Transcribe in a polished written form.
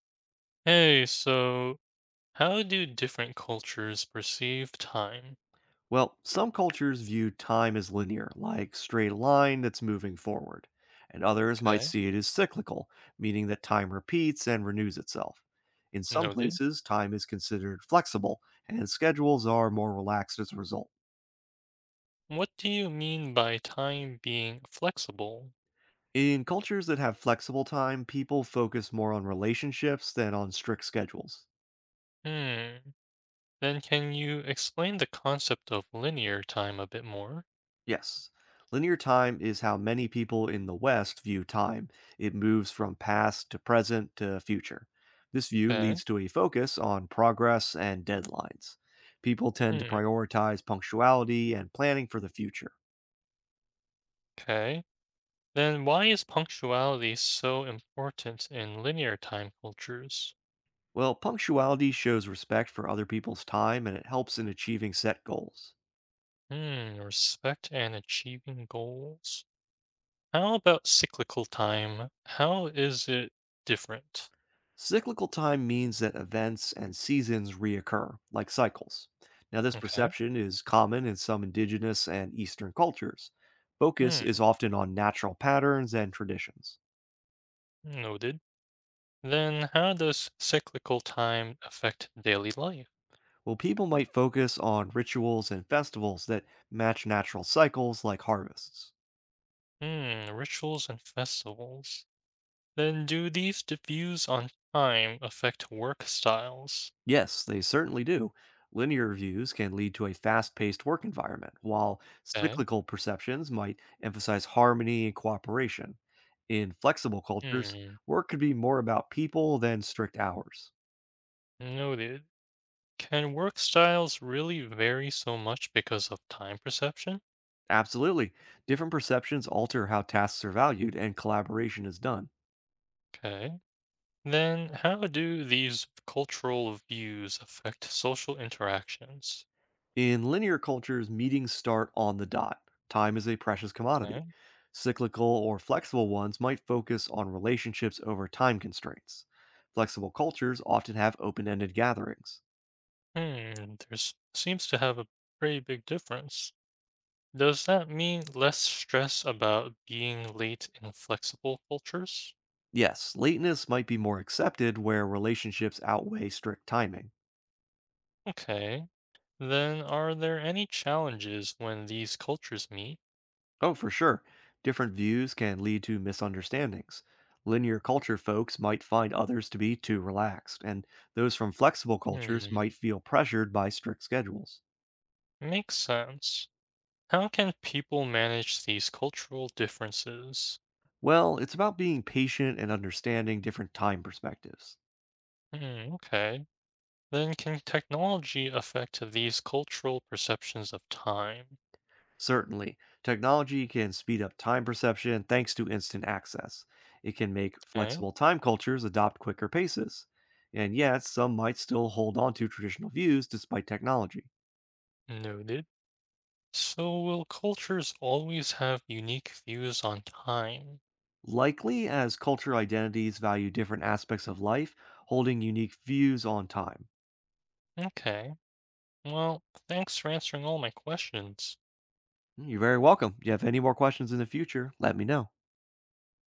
Hey, so how do different cultures perceive time? Well, some cultures view time as linear, like straight line that's moving forward, and others might Okay, see it as cyclical, meaning that time repeats and renews itself. In some noted. places, time is considered flexible, and schedules are more relaxed as a result. What do you mean by time being flexible? In cultures that have flexible time, people focus more on relationships than on strict schedules. Hmm. Then can you explain the concept of linear time a bit more? Yes. Linear time is how many people in the West view time. It moves from past to present to future. This view Okay. leads to a focus on progress and deadlines. People tend to Hmm. prioritize punctuality and planning for the future. Okay. Then why is punctuality so important in linear time cultures? Well, punctuality shows respect for other people's time and it helps in achieving set goals. Hmm. Respect and achieving goals. How about cyclical time? How is it different? Cyclical time means that events and seasons reoccur, like cycles. Now, this Okay. perception is common in some indigenous and Eastern cultures. Focus Hmm. is often on natural patterns and traditions. Noted. Then how does cyclical time affect daily life? Well, people might focus on rituals and festivals that match natural cycles like harvests. Hmm, rituals and festivals. Then do views on time affect work styles? Yes, they certainly do. Linear reviews can lead to a fast paced work environment, while Okay. cyclical perceptions might emphasize harmony and cooperation. In flexible cultures, Hmm, work could be more about people than strict hours. noted. Can work styles really vary so much because of time perception? Absolutely. Different perceptions alter how tasks are valued and collaboration is done. Okay. Then how do these cultural views affect social interactions? In linear cultures, meetings start on the dot. Time is a precious Okay. commodity. Cyclical or flexible ones might focus on relationships over time constraints. Flexible cultures often have open ended gatherings. Hmm, there seems to have a pretty big difference. Does that mean less stress about being late in flexible cultures? Yes, lateness might be more accepted where relationships outweigh strict timing. Okay. Then are there any challenges when these cultures meet? Oh, for sure. Different views can lead to misunderstandings. Linear culture folks might find others to be too relaxed, and those from flexible cultures Hmm, might feel pressured by strict schedules. makes sense. How can people manage these cultural differences? Well, it's about being patient and understanding different time perspectives. Hmm, okay. Then can technology affect these cultural perceptions of time? Certainly, technology can speed up time perception thanks to instant access. It can make Okay, flexible time cultures adopt quicker paces. And yet, some might still hold on to traditional views despite technology. noted. So will cultures always have unique views on time? Likely, as culture identities value different aspects of life, holding unique views on time. Okay. Well, thanks for answering all my questions. You're very welcome. If you have any more questions in the future, let me know.